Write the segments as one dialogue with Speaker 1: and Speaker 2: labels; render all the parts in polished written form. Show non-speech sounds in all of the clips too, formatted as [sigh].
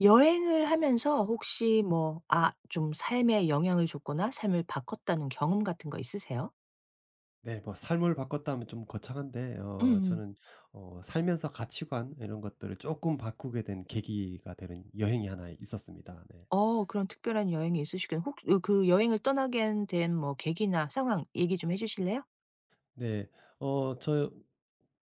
Speaker 1: 여행을 하면서 혹시 뭐 좀 삶에 영향을 줬거나 삶을 바꿨다는 경험 같은 거 있으세요?
Speaker 2: 네. 뭐 삶을 바꿨다 면 좀 거창한데, 어
Speaker 1: 음음.
Speaker 2: 저는 어 살면서 가치관 이런 것들을 조금 바꾸게 된 계기가 되는 여행이 하나 있었습니다. 네.
Speaker 1: 그런 특별한 여행이 있으시군. 혹 으 그 여행을 떠나게 된 뭐 계기나 상황 얘기 좀 해 주실래요?
Speaker 2: 네. 어 저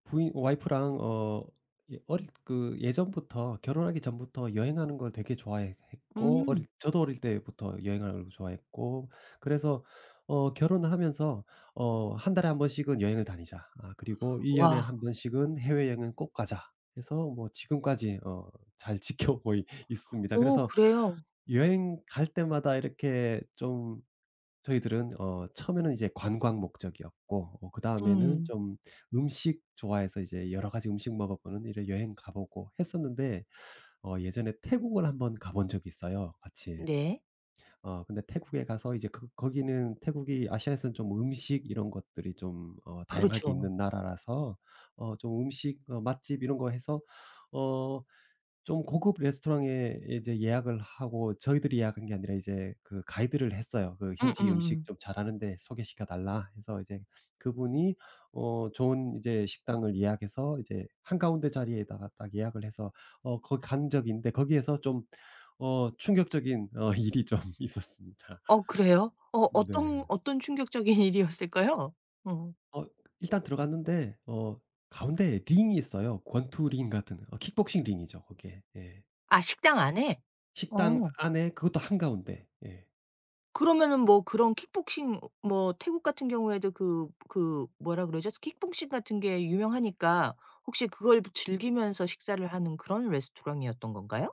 Speaker 2: 부인 와이프랑 어 예 어릴 그 예전부터, 결혼하기 전부터 여행하는 걸 되게 좋아 했고,
Speaker 1: 음.
Speaker 2: 어릴 저도 어릴 때부터 여행하는 걸 좋아했고, 그래서 어 결혼을 하면서 어 "한 달에 한 번씩은 여행을 다니자. 아 그리고 1년 년에
Speaker 1: 와.
Speaker 2: 한 번씩은 해외여행은 꼭 가자." 해서, 뭐 지금까지 어 잘 [laughs] 지켜오고 있습니다.
Speaker 1: 오,
Speaker 2: 그래서
Speaker 1: 그래요?
Speaker 2: 여행 갈 때마다 이렇게 좀, 저희들은 어 처음에는 이제 관광 목적이었고, 어 그다음에는
Speaker 1: 음.
Speaker 2: 좀 음식 좋아해서 이제 여러 가지 음식 먹어보는 이런 여행 가 보고 했었는데, 어 예전에 태국을 한번 가본 적이 있어요, 같이.
Speaker 1: 네.
Speaker 2: 어 근데 태국에 가서 이제, 그 거기는 태국이 아시아에서는 좀 음식 이런 것들이 좀 어 다양하게
Speaker 1: 그렇죠.
Speaker 2: 있는 나라라서, 어 좀 음식 어 맛집 이런 거 해서, 어 좀 고급 레스토랑에 이제 예약을 하고, 저희들이 예약한 게 아니라 이제 그 가이드를 했어요. 그 "현지 음식
Speaker 1: 음음음.
Speaker 2: 좀 잘하는 데 소개시켜 달라." 해서, 이제 그분이 어 좋은 이제 식당을 예약해서 이제 한가운데 자리에다가 딱 예약을 해서, 어 거기 간 적이 있는데, 거기에서 좀 어 충격적인 어 일이 좀 [laughs] 있었습니다.
Speaker 1: 어 그래요? 어
Speaker 2: 네.
Speaker 1: 어떤 어떤 충격적인 [laughs] 일이었을까요? 어.
Speaker 2: 어 일단 들어갔는데, 어 가운데에 링이 있어요. 권투 링 같은 어 킥복싱 링이죠, 그게. 예.
Speaker 1: 아, 식당 안에?
Speaker 2: 식당
Speaker 1: 어.
Speaker 2: 안에, 그것도 한가운데. 예.
Speaker 1: 그러면은 뭐 그런 킥복싱, 뭐 태국 같은 경우에도 그 뭐라 그러죠? 킥복싱 같은 게 유명하니까 혹시 그걸 즐기면서 식사를 하는 그런 레스토랑이었던 건가요?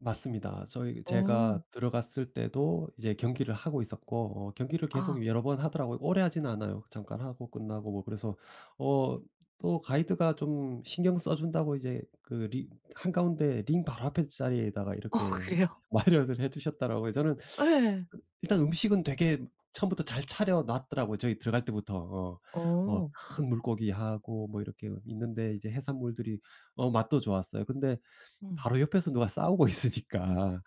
Speaker 2: 맞습니다. 저희
Speaker 1: 어.
Speaker 2: 제가 들어갔을 때도 이제 경기를 하고 있었고, 어 경기를
Speaker 1: 아.
Speaker 2: 계속 여러 번 하더라고요. 오래 하지는 않아요. 잠깐 하고 끝나고 뭐. 그래서 어 또 가이드가 좀 신경 써 준다고, 이제 그 리 한가운데 링 바로 앞에 자리에다가
Speaker 1: 어 [laughs]
Speaker 2: 이렇게
Speaker 1: 그래요?
Speaker 2: [laughs] 마련을 해 주셨더라고요. 저는
Speaker 1: 예.
Speaker 2: 일단 음식은 되게 처음부터 잘 차려 놨더라고요, 저희 들어갈 때부터. 어. 어
Speaker 1: 어.
Speaker 2: 큰 물고기하고 뭐 이렇게 있는데, 이제 해산물들이 어 맛도 좋았어요. 근데
Speaker 1: 음.
Speaker 2: 바로 옆에서 누가 싸우고 [laughs] 있으니까.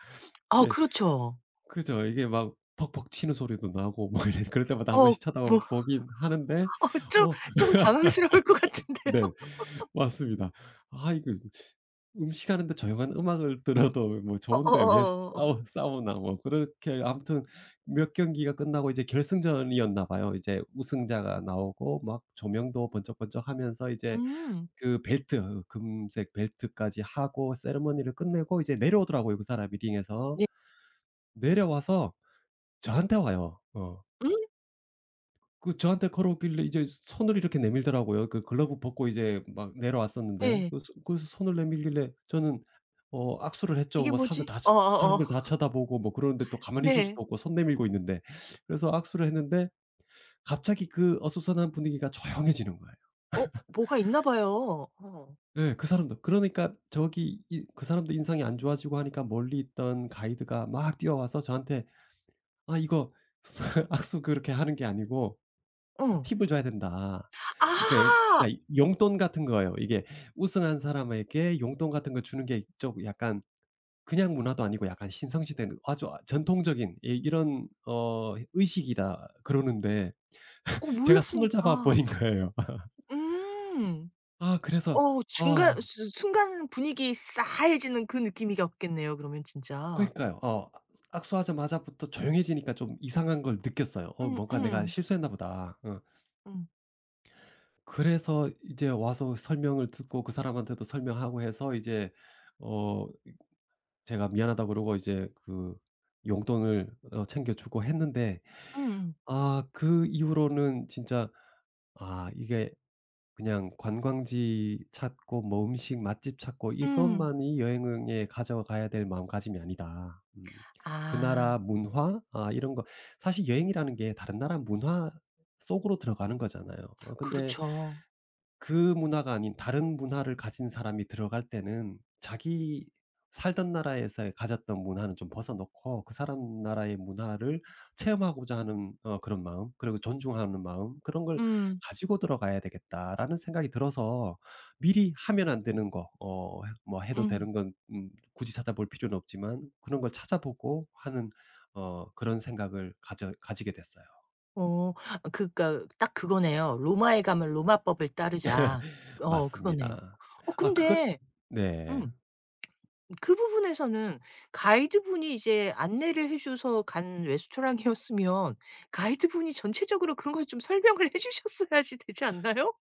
Speaker 1: 아,
Speaker 2: 예,
Speaker 1: 그렇죠.
Speaker 2: 그죠. 이게 막 벅벅 치는 소리도 나고 뭐 이래, 그럴 때마다 한
Speaker 1: 어.
Speaker 2: 번씩
Speaker 1: 뭐 [laughs]
Speaker 2: 쳐다보긴 하는데.
Speaker 1: 어 좀
Speaker 2: 어
Speaker 1: 좀 당황스러울 것 같은데요.
Speaker 2: 네. 맞습니다. 아 이거, 음식하는데 조용한 음악을 들어도 뭐 좋은데, 왜
Speaker 1: 어어어어어.
Speaker 2: 싸우나 뭐. 그렇게 아무튼 몇 경기가 끝나고 이제 결승전이었나 봐요. 이제 우승자가 나오고 막 조명도 번쩍번쩍하면서 이제
Speaker 1: 음.
Speaker 2: 그 벨트, 금색 벨트까지 하고 세리머니를 끝내고 이제 내려오더라고요, 그 사람이 링에서.
Speaker 1: 네.
Speaker 2: 내려와서 저한테 와요. 어.
Speaker 1: 음?
Speaker 2: 그 저한테 걸어오길래 이제 손을 이렇게 내밀더라고요. 그 글러브 벗고 이제 막 내려왔었는데,
Speaker 1: 예.
Speaker 2: 그래서 손을 내밀길래 저는 어 악수를 했죠.
Speaker 1: 이게
Speaker 2: 뭐
Speaker 1: 뭐지? 어어어.
Speaker 2: 사람들 다 쳐다보고 뭐 그러는데, 또 가만히 있을 수도
Speaker 1: 네.
Speaker 2: 없고 손 내밀고 있는데. 그래서 악수를 했는데, 갑자기 그 어수선한 분위기가 조용해지는 거예요.
Speaker 1: 뭐가 있나 봐요. 어.
Speaker 2: 예, 그 사람도. 그러니까 저기 이, 그 사람도 인상이 안 좋아지고 하니까, 멀리 있던 가이드가 막 뛰어와서 저한테 "아 이거 [laughs] 악수 그렇게 하는 게 아니고
Speaker 1: 응.
Speaker 2: 팁을 줘야 된다. 그러니까,
Speaker 1: 아.
Speaker 2: 그러니까 용돈 같은 거예요. 이게 우승한 사람에게 용돈 같은 걸 주는 게 좀 약간, 그냥 문화도 아니고 약간 신성시대는 아주, 아 전통적인 이런 어 의식이다." 그러는데, 제가 손을 잡아
Speaker 1: 몰랐으니까.
Speaker 2: 버린 거예요. [laughs]
Speaker 1: 음.
Speaker 2: 아 그래서. 아
Speaker 1: 중간 수 순간 분위기 싸해지는 그 느낌이었겠네요, 그러면 진짜.
Speaker 2: 그니까요. 어 악수하자마자부터 조용해지니까 좀 이상한 걸 느꼈어요. '어
Speaker 1: 음
Speaker 2: 뭔가 내가
Speaker 1: 음.
Speaker 2: 실수했나 보다.' 어.
Speaker 1: 음.
Speaker 2: 그래서 이제 와서 설명을 듣고 그 사람한테도 설명하고 해서, 이제 어 제가 미안하다 그러고 이제 그 용돈을 어 챙겨 주고 했는데,
Speaker 1: 음음.
Speaker 2: 아 그 이후로는 진짜, 아 이게 그냥 관광지 찾고 뭐 음식 맛집 찾고
Speaker 1: 음.
Speaker 2: 이것만이 여행에 가져가야 될 마음가짐이 아니다. 음. 그 나라
Speaker 1: 아,
Speaker 2: 문화 아 이런 거, 사실 여행이라는 게 다른 나라 문화 속으로 들어가는 거잖아요. 어 근데
Speaker 1: 그렇죠.
Speaker 2: 그 문화가 아닌 다른 문화를 가진 사람이 들어갈 때는, 자기 살던 나라에서 가졌던 문화는 좀 벗어놓고 그 사람 나라의 문화를 체험하고자 하는 어 그런 마음, 그리고 존중하는 마음, '그런 걸
Speaker 1: 음.
Speaker 2: 가지고 들어가야 되겠다.'라는 생각이 들어서, 미리 하면 안 되는 거, 어 해 뭐 해도
Speaker 1: 음.
Speaker 2: 되는 건 굳이 찾아볼 필요는 없지만 그런 걸 찾아보고 하는 어 그런 생각을 가져 가지게 됐어요.
Speaker 1: 어 그러니까 딱 그거네요. '로마에 가면 로마법을 따르자.'
Speaker 2: [laughs]
Speaker 1: 그거네요.
Speaker 2: 맞습니다. 아 그것.
Speaker 1: 근데,
Speaker 2: 네.
Speaker 1: 음. 그 부분에서는 가이드분이 이제 안내를 해 줘서 간 레스토랑이었으면 가이드분이 전체적으로 그런 걸 좀 설명을 해 주셨어야지 [laughs] 되지 않나요?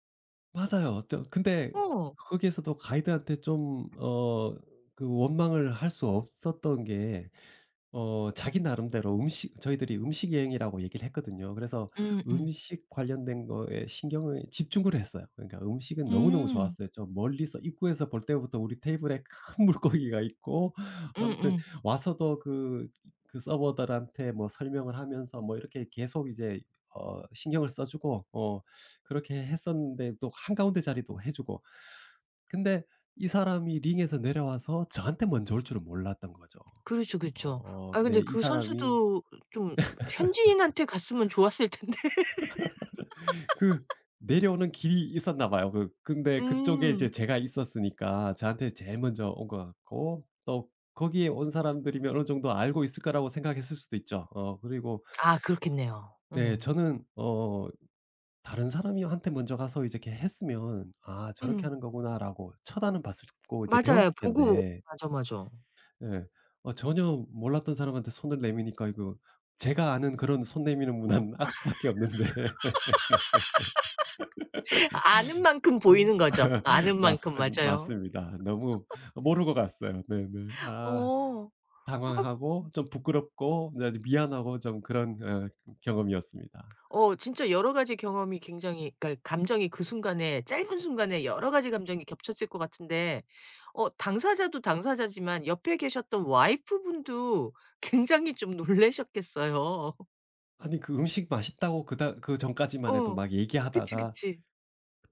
Speaker 2: 맞아요. 또 근데
Speaker 1: 어.
Speaker 2: 거기에서도 가이드한테 좀 어 그 원망을 할 수 없었던 게, 어 자기 나름대로 음식, 저희들이 음식 여행이라고 얘기를 했거든요. 그래서
Speaker 1: 음음.
Speaker 2: 음식 관련된 거에 신경을 집중을 했어요. 그러니까 음식은 너무너무
Speaker 1: 음.
Speaker 2: 좋았어요. 저 멀리서 입구에서 볼 때부터 우리 테이블에 큰 물고기가 있고, 아무튼
Speaker 1: 음음.
Speaker 2: 와서도 그 그 서버들한테 뭐 설명을 하면서 뭐 이렇게 계속 이제 어 신경을 써 주고, 어 그렇게 했었는데 또 한가운데 자리도 해 주고. 근데 이 사람이 링에서 내려와서 저한테 먼저 올 줄은 몰랐던 거죠.
Speaker 1: 그렇죠, 그렇죠.
Speaker 2: 어
Speaker 1: 아, 근데
Speaker 2: 네. 이
Speaker 1: 그
Speaker 2: 사람이
Speaker 1: 선수도 좀 현지인한테 갔으면 좋았을 텐데. [laughs]
Speaker 2: 그 내려오는 길이 있었나 봐요. 그 근데 그쪽에 이제
Speaker 1: 음.
Speaker 2: 제가 있었으니까 저한테 제일 먼저 온 것 같고, 또 거기에 온 사람들이면 어느 정도 알고 있을 거라고 생각했을 수도 있죠. 어 그리고
Speaker 1: 아, 그렇겠네요.
Speaker 2: 네
Speaker 1: 어.
Speaker 2: 저는 어 다른 사람이한테 먼저 가서 이제 이렇게 했으면 '아 저렇게
Speaker 1: 음.
Speaker 2: 하는 거구나.'라고 쳐다는 봤을 거고 이제
Speaker 1: 맞아요.
Speaker 2: 배웠을
Speaker 1: 보고,
Speaker 2: 텐데,
Speaker 1: 맞아, 맞아.
Speaker 2: 예 어 전혀 몰랐던 사람한테 손을 내미니까 이거 제가 아는 그런 손 내미는 문화는 [laughs] 악수밖에 없는데.
Speaker 1: 아는 만큼
Speaker 2: 음.
Speaker 1: 보이는 거죠.
Speaker 2: [laughs]
Speaker 1: 아는 만큼, 맞아요.
Speaker 2: 맞습니다. 너무 모르고 갔어요. 네네. 아.
Speaker 1: 어.
Speaker 2: 당황하고 좀 부끄럽고 네 미안하고 좀 그런 어 경험이었습니다.
Speaker 1: 진짜 여러 가지 경험이 굉장히, 그러니까 감정이 그 순간에, 짧은 순간에 여러 가지 감정이 겹쳤을 것 같은데, 당사자도 당사자지만 옆에 계셨던 와이프분도 [laughs] 굉장히 좀 놀라셨겠어요. [laughs]
Speaker 2: 아니 그 음식 맛있다고 그다 그전까지만 해도
Speaker 1: 어.
Speaker 2: 막
Speaker 1: 그치,
Speaker 2: 얘기하다가
Speaker 1: 그치.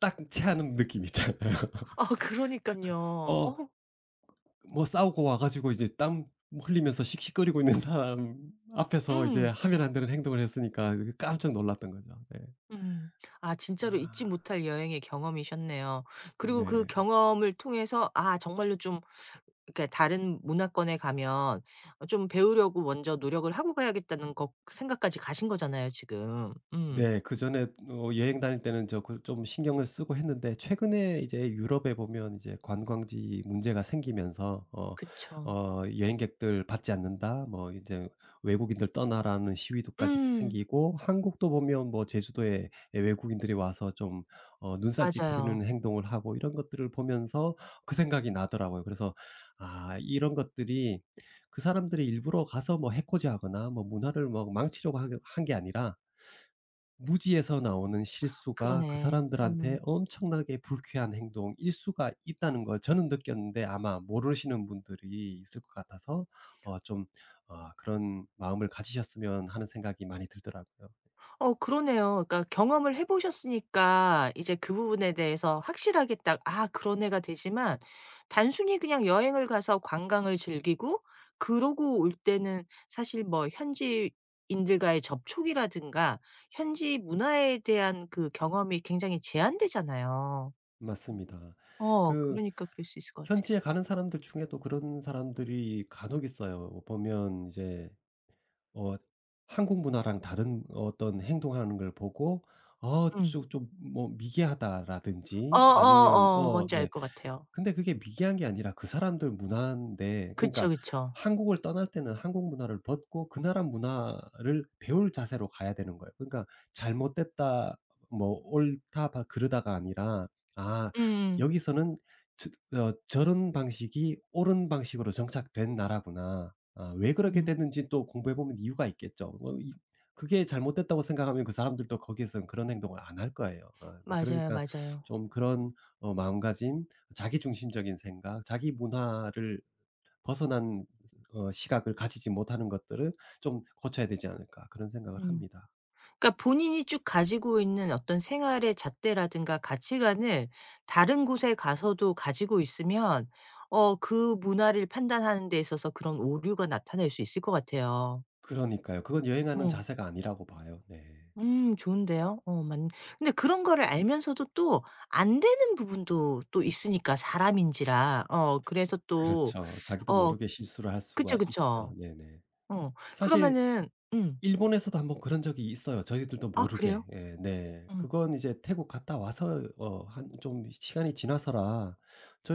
Speaker 2: 딱 체하는 느낌 있잖아요.
Speaker 1: 아,
Speaker 2: [laughs]
Speaker 1: 그러니까요.
Speaker 2: 어 뭐 싸우고 와 가지고 이제 땀 흘리면서 씩씩거리고 있는 사람 앞에서 이제
Speaker 1: 음.
Speaker 2: 하면 안 되는 행동을 했으니까 깜짝 놀랐던 거죠. 네.
Speaker 1: 음. 아, 진짜로 잊지 못할 여행의 경험이셨네요. 그리고 그
Speaker 2: 네.
Speaker 1: 경험을 통해서 '아, 정말로 좀, 그러니까 다른 문화권에 가면 좀 배우려고 먼저 노력을 하고 가야겠다.'는 거, 생각까지 가신 거잖아요 지금. 음.
Speaker 2: 네. 그전에 어 여행 다닐 때는 저 그 좀 신경을 쓰고 했는데, 최근에 이제 유럽에 보면 이제 관광지 문제가 생기면서 어
Speaker 1: 그쵸.
Speaker 2: 어 "여행객들 받지 않는다." 뭐 이제 "외국인들 떠나."라는 시위도까지
Speaker 1: 음.
Speaker 2: 생기고, 한국도 보면 뭐 제주도에 예 외국인들이 와서 좀 어 눈살찌
Speaker 1: 맞아요.
Speaker 2: 부리는 행동을 하고 이런 것들을 보면서 그 생각이 나더라고요. 그래서 '아 이런 것들이, 그 사람들이 일부러 가서 뭐 해코지하거나 뭐 문화를 뭐 망치려고 한 게 아니라 무지에서 나오는 실수가 그
Speaker 1: 그러네.
Speaker 2: 사람들한테
Speaker 1: 음.
Speaker 2: 엄청나게 불쾌한 행동일 수가 있다는 걸 저는 느꼈는데, 아마 모르시는 분들이 있을 것 같아서 어 좀, 아 그런 마음을 가지셨으면' 하는 생각이 많이 들더라고요.
Speaker 1: 그러네요. 그러니까 경험을 해 보셨으니까 이제 그 부분에 대해서 확실하게 딱 '아, 그런 애가 되지.'만, 단순히 그냥 여행을 가서 관광을 즐기고 그러고 올 때는, 사실 뭐 현지인들과의 접촉이라든가 현지 문화에 대한 그 경험이 굉장히 제한되잖아요.
Speaker 2: 맞습니다. 그
Speaker 1: 그러니까 그럴 수 있을 것 같아요.
Speaker 2: 현지에 가는 사람들 중에도 그런 사람들이 간혹 있어요. 보면 이제 어 한국 문화랑 다른 어떤 행동하는 걸 보고 '어
Speaker 1: 음.
Speaker 2: 좀좀뭐 미개하다.'라든지 아니면
Speaker 1: 어어어.
Speaker 2: 어
Speaker 1: 뭔지 알
Speaker 2: 네.
Speaker 1: 것 같아요.
Speaker 2: 근데 그게 미개한 게 아니라 그 사람들 문화인데,
Speaker 1: 그쵸,
Speaker 2: 그러니까
Speaker 1: 그쵸.
Speaker 2: 한국을 떠날 때는 한국 문화를 벗고 그 나라 문화를 배울 자세로 가야 되는 거예요. 그러니까 잘못됐다 뭐 옳다 바 그르다가 아니라, '아
Speaker 1: 음음.
Speaker 2: 여기서는 저 어 저런 방식이 옳은 방식으로 정착된 나라구나. 아 왜 그렇게
Speaker 1: 음.
Speaker 2: 됐는지 또 공부해 보면 이유가 있겠죠.' 뭐 이. 그게 잘못됐다고 생각하면 그 사람들도 거기에는 그런 행동을 안 할 거예요. 아, 네
Speaker 1: 맞아요,
Speaker 2: 그러니까
Speaker 1: 맞아요.
Speaker 2: 좀 그런 어 마음가짐, 자기중심적인 생각, 자기 문화를 벗어난 어 시각을 가지지 못하는 것들은 좀 고쳐야 되지 않을까 그런 생각을
Speaker 1: 음.
Speaker 2: 합니다.
Speaker 1: 그러니까 본인이 쭉 가지고 있는 어떤 생활의 잣대라든가 가치관을 다른 곳에 가서도 가지고 있으면, 그 문화를 판단하는 데 있어서 그런 오류가 나타날 수 있을 것 같아요.
Speaker 2: 그러니까요. 그건 여행하는
Speaker 1: 어.
Speaker 2: 자세가 아니라고 봐요. 네.
Speaker 1: 음, 좋은데요. 어 맞는 근데 그런 거를 알면서도 또 안 되는 부분도 또 있으니까, 사람인지라. 그래서 또
Speaker 2: 그렇죠. 자기도
Speaker 1: 어
Speaker 2: 모르게 실수를 할 수가
Speaker 1: 그쵸,
Speaker 2: 있죠.
Speaker 1: 그쵸.
Speaker 2: 네네.
Speaker 1: 어
Speaker 2: 사실
Speaker 1: 그러면은. 음.
Speaker 2: 일본에서도 한번 그런 적이 있어요, 저희들도
Speaker 1: 아, 그래요?
Speaker 2: 모르게. 예 네.
Speaker 1: 음.
Speaker 2: 그건 이제 태국 갔다 와서 어 한 좀 시간이 지나서라,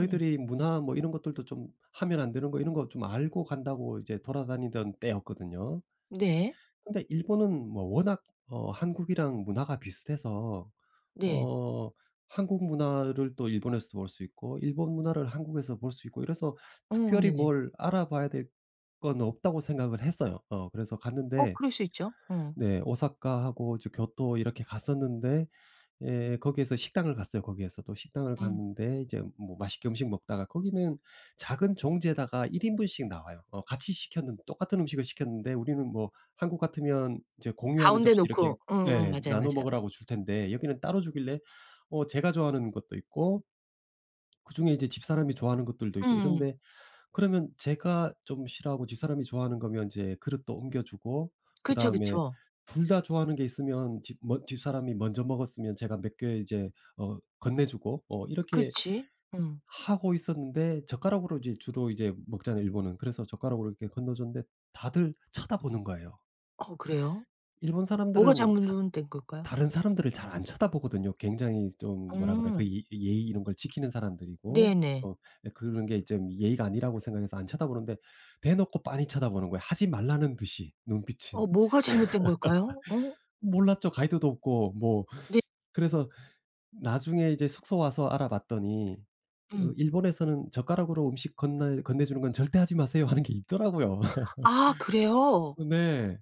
Speaker 1: 음.
Speaker 2: 문화 뭐 이런 것들도 좀 하면 안 되는 거 이런 거 좀 알고 간다고 이제 돌아다니던 때였거든요.
Speaker 1: 네.
Speaker 2: 근데 일본은 뭐 워낙 어 한국이랑 문화가 비슷해서,
Speaker 1: 네.
Speaker 2: 어 한국 문화를 또 일본에서 볼 수 있고 일본 문화를 한국에서 볼 수 있고 이래서 특별히
Speaker 1: 네네.
Speaker 2: 뭘 알아봐야 될 건 없다고 생각을 했어요. 어 그래서 갔는데,
Speaker 1: 그럴 수 있죠. 어.
Speaker 2: 네 오사카하고 이제 교토 이렇게 갔었는데 예. 거기에서 식당을 갔어요, 거기에서도. 식당을
Speaker 1: 음.
Speaker 2: 갔는데 이제 뭐 맛있게 음식 먹다가, 거기는 작은 종지에다가 1인분 인분씩 나와요. 어 같이 시켰는 똑같은 음식을 시켰는데, 우리는 뭐 한국 같으면 이제 공유하는
Speaker 1: 가운데
Speaker 2: 접시 이렇게.
Speaker 1: 놓고. 음음.
Speaker 2: 예.
Speaker 1: 맞아요,
Speaker 2: 나눠
Speaker 1: 맞아요.
Speaker 2: 먹으라고 줄 텐데, 여기는 따로 주길래 어 제가 좋아하는 것도 있고 그중에 이제 집사람이 좋아하는 것들도 있고
Speaker 1: 음음.
Speaker 2: 이런데, 그러면 제가 좀 싫어하고 집사람이 좋아하는 거면 이제 그릇도 옮겨 주고,
Speaker 1: 그쵸,
Speaker 2: 그다음에
Speaker 1: 그쵸.
Speaker 2: 둘 다 좋아하는 게 있으면 집 뭐 집사람이 먼저 먹었으면 제가 몇 개 이제 어 건네 주고 어 이렇게
Speaker 1: 그치. 음.
Speaker 2: 하고 있었는데, 젓가락으로 이제 주로 이제 먹잖아요 일본은. 그래서 젓가락으로 이렇게 건너 줬는데, 다들 쳐다보는 거예요.
Speaker 1: 어 그래요?
Speaker 2: 일본
Speaker 1: 뭐가
Speaker 2: 사람들은 사
Speaker 1: 잘못된 걸까요?
Speaker 2: 다른 사람들을 잘 안 쳐다보거든요. 굉장히 좀 뭐라 그래 그
Speaker 1: 음.
Speaker 2: 예 예, 예의 이런 걸 지키는 사람들이고
Speaker 1: 네네.
Speaker 2: 어 예 그런 게 좀 예의가 아니라고 생각해서 안 쳐다보는데, 대놓고 빤히 쳐다보는 거예요, 하지 말라는 듯이 눈빛이.
Speaker 1: 뭐가 잘못된 걸까요? 어?
Speaker 2: 몰랐죠. 가이드도 없고 뭐.
Speaker 1: 네.
Speaker 2: 그래서 나중에 이제 숙소 와서 알아봤더니, 어
Speaker 1: 음.
Speaker 2: "일본에서는 젓가락으로 음식 건날 건네주는 건 절대 하지 마세요." 하는 게 있더라고요. [laughs]
Speaker 1: 아, 그래요?
Speaker 2: 네.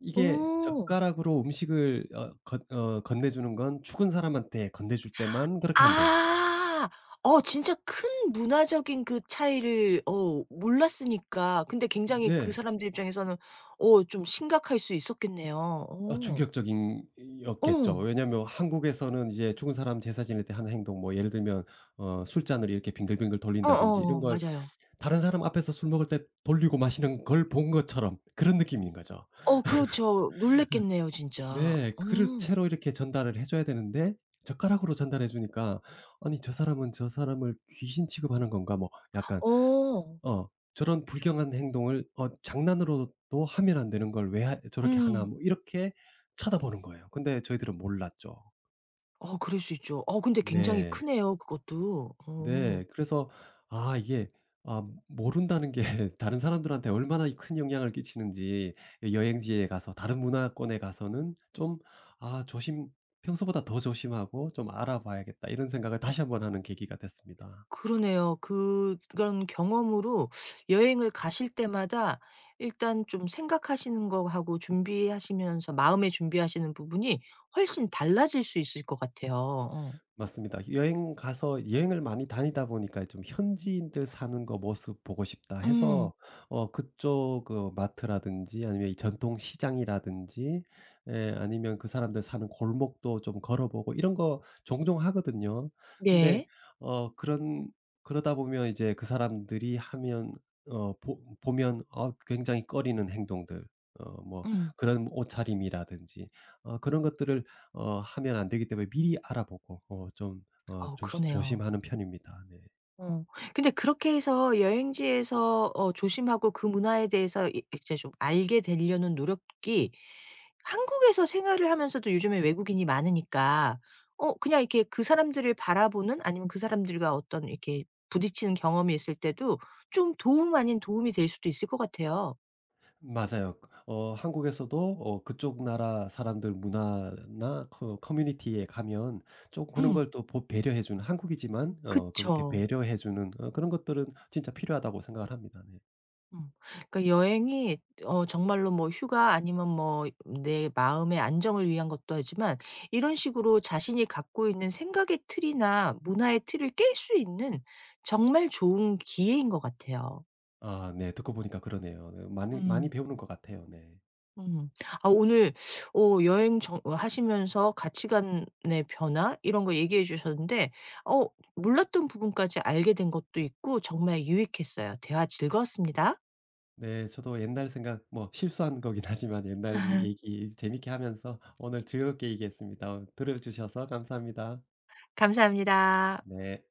Speaker 2: 이게
Speaker 1: 어.
Speaker 2: 젓가락으로 음식을 어 건 어 건네주는 건 죽은 사람한테 건네줄 때만 그렇게 한대요.
Speaker 1: 아. 진짜 큰 문화적인 그 차이를 몰랐으니까. 근데 굉장히 그
Speaker 2: 네.
Speaker 1: 사람들 입장에서는 좀 심각할 수 있었겠네요.
Speaker 2: 어
Speaker 1: 어.
Speaker 2: 충격적인 이었겠죠.
Speaker 1: 어.
Speaker 2: 왜냐하면 한국에서는 이제 죽은 사람 제사 지낼 때 하는 행동, 뭐 예를 들면 어 술잔을 이렇게 빙글빙글 돌린다든지 이런
Speaker 1: 어어,
Speaker 2: 걸
Speaker 1: 맞아요.
Speaker 2: 다른 사람 앞에서 술 먹을 때 돌리고 마시는 걸 본 것처럼 그런 느낌인 거죠.
Speaker 1: 어, 그렇죠. 놀랐겠네요, 진짜.
Speaker 2: 네.
Speaker 1: 어.
Speaker 2: 그릇 채로 이렇게 전달을 해 줘야 되는데 젓가락으로 전달해 주니까, '아니 저 사람은 저 사람을 귀신 취급하는 건가?' 뭐 약간
Speaker 1: 어.
Speaker 2: 어 저런 불경한 행동을 어 장난으로도 하면 안 되는 걸 '왜 저렇게 하나.'
Speaker 1: 음.
Speaker 2: 뭐 이렇게 쳐다보는 거예요. 근데 저희들은 몰랐죠.
Speaker 1: 그럴 수 있죠. 근데 굉장히
Speaker 2: 네.
Speaker 1: 크네요, 그것도. 어.
Speaker 2: 네. 그래서 아 이게, 아 모른다는 게 [laughs] 다른 사람들한테 얼마나 큰 영향을 끼치는지. 예, 여행지에 가서 다른 문화권에 가서는 좀 '아 조심, 평소보다 더 조심하고 좀 알아봐야겠다.' 이런 생각을 다시 한번 하는 계기가 됐습니다.
Speaker 1: 그러네요. 그런 경험으로 여행을 가실 때마다 일단 좀 생각하시는 거하고 준비하시면서 마음의 준비하시는 부분이 훨씬 달라질 수 있을 것 같아요. 어.
Speaker 2: 맞습니다. 여행 가서 여행을 많이 다니다 보니까 좀 '현지인들 사는 거 모습 보고 싶다.'
Speaker 1: 음.
Speaker 2: 해서 어 그쪽 어 마트라든지 아니면 이 전통 시장이라든지 예 아니면 그 사람들 사는 골목도 좀 걸어 보고 이런 거 종종 하거든요. 근데
Speaker 1: 네.
Speaker 2: 어 그런, 그러다 보면 이제 그 사람들이 하면 어 보 보면 어 굉장히 꺼리는 행동들, 어 뭐
Speaker 1: 음.
Speaker 2: 그런 옷차림이라든지 어 그런 것들을 어 하면 안 되기 때문에 미리 알아보고 어 좀 어 조시
Speaker 1: 그러네요.
Speaker 2: 조심하는 편입니다. 네.
Speaker 1: 어. 근데 그렇게 해서 여행지에서 조심하고 그 문화에 대해서 이 이제 좀 알게 되려는 노력이, 한국에서 생활을 하면서도 요즘에 외국인이 많으니까 그냥 이렇게 그 사람들을 바라보는, 아니면 그 사람들과 어떤 이렇게 부딪히는 경험이 있을 때도 좀, 도움 아닌 도움이 될 수도 있을 것 같아요.
Speaker 2: 맞아요. 어 한국에서도 어 그쪽 나라 사람들 문화나 커 커뮤니티에 가면 좀 그런
Speaker 1: 음.
Speaker 2: 걸 또 보 배려해 주는, 한국이지만 어 그렇게
Speaker 1: 그쵸.
Speaker 2: 배려해 주는 어 그런 것들은 진짜 필요하다고 생각을 합니다. 네.
Speaker 1: 음. 그러니까 여행이 정말로 뭐 휴가, 아니면 뭐 내 마음의 안정을 위한 것도 하지만, 이런 식으로 자신이 갖고 있는 생각의 틀이나 문화의 틀을 깰 수 있는 정말 좋은 기회인 것 같아요.
Speaker 2: 아 네. 듣고 보니까 그러네요. 네. 많이 많이
Speaker 1: 음.
Speaker 2: 배우는 것 같아요. 네.
Speaker 1: 음. 아, 오늘 여행 정 어 하시면서 가치관의 변화 이런 거 얘기해 주셨는데, 어 몰랐던 부분까지 알게 된 것도 있고 정말 유익했어요. 대화 즐거웠습니다.
Speaker 2: 네. 저도 옛날 생각 뭐 실수한 거긴 하지만 옛날 이
Speaker 1: [laughs]
Speaker 2: 얘기 재밌게 하면서 오늘 즐겁게 얘기했습니다. 어 들어 주셔서 감사합니다.
Speaker 1: 감사합니다.
Speaker 2: 네.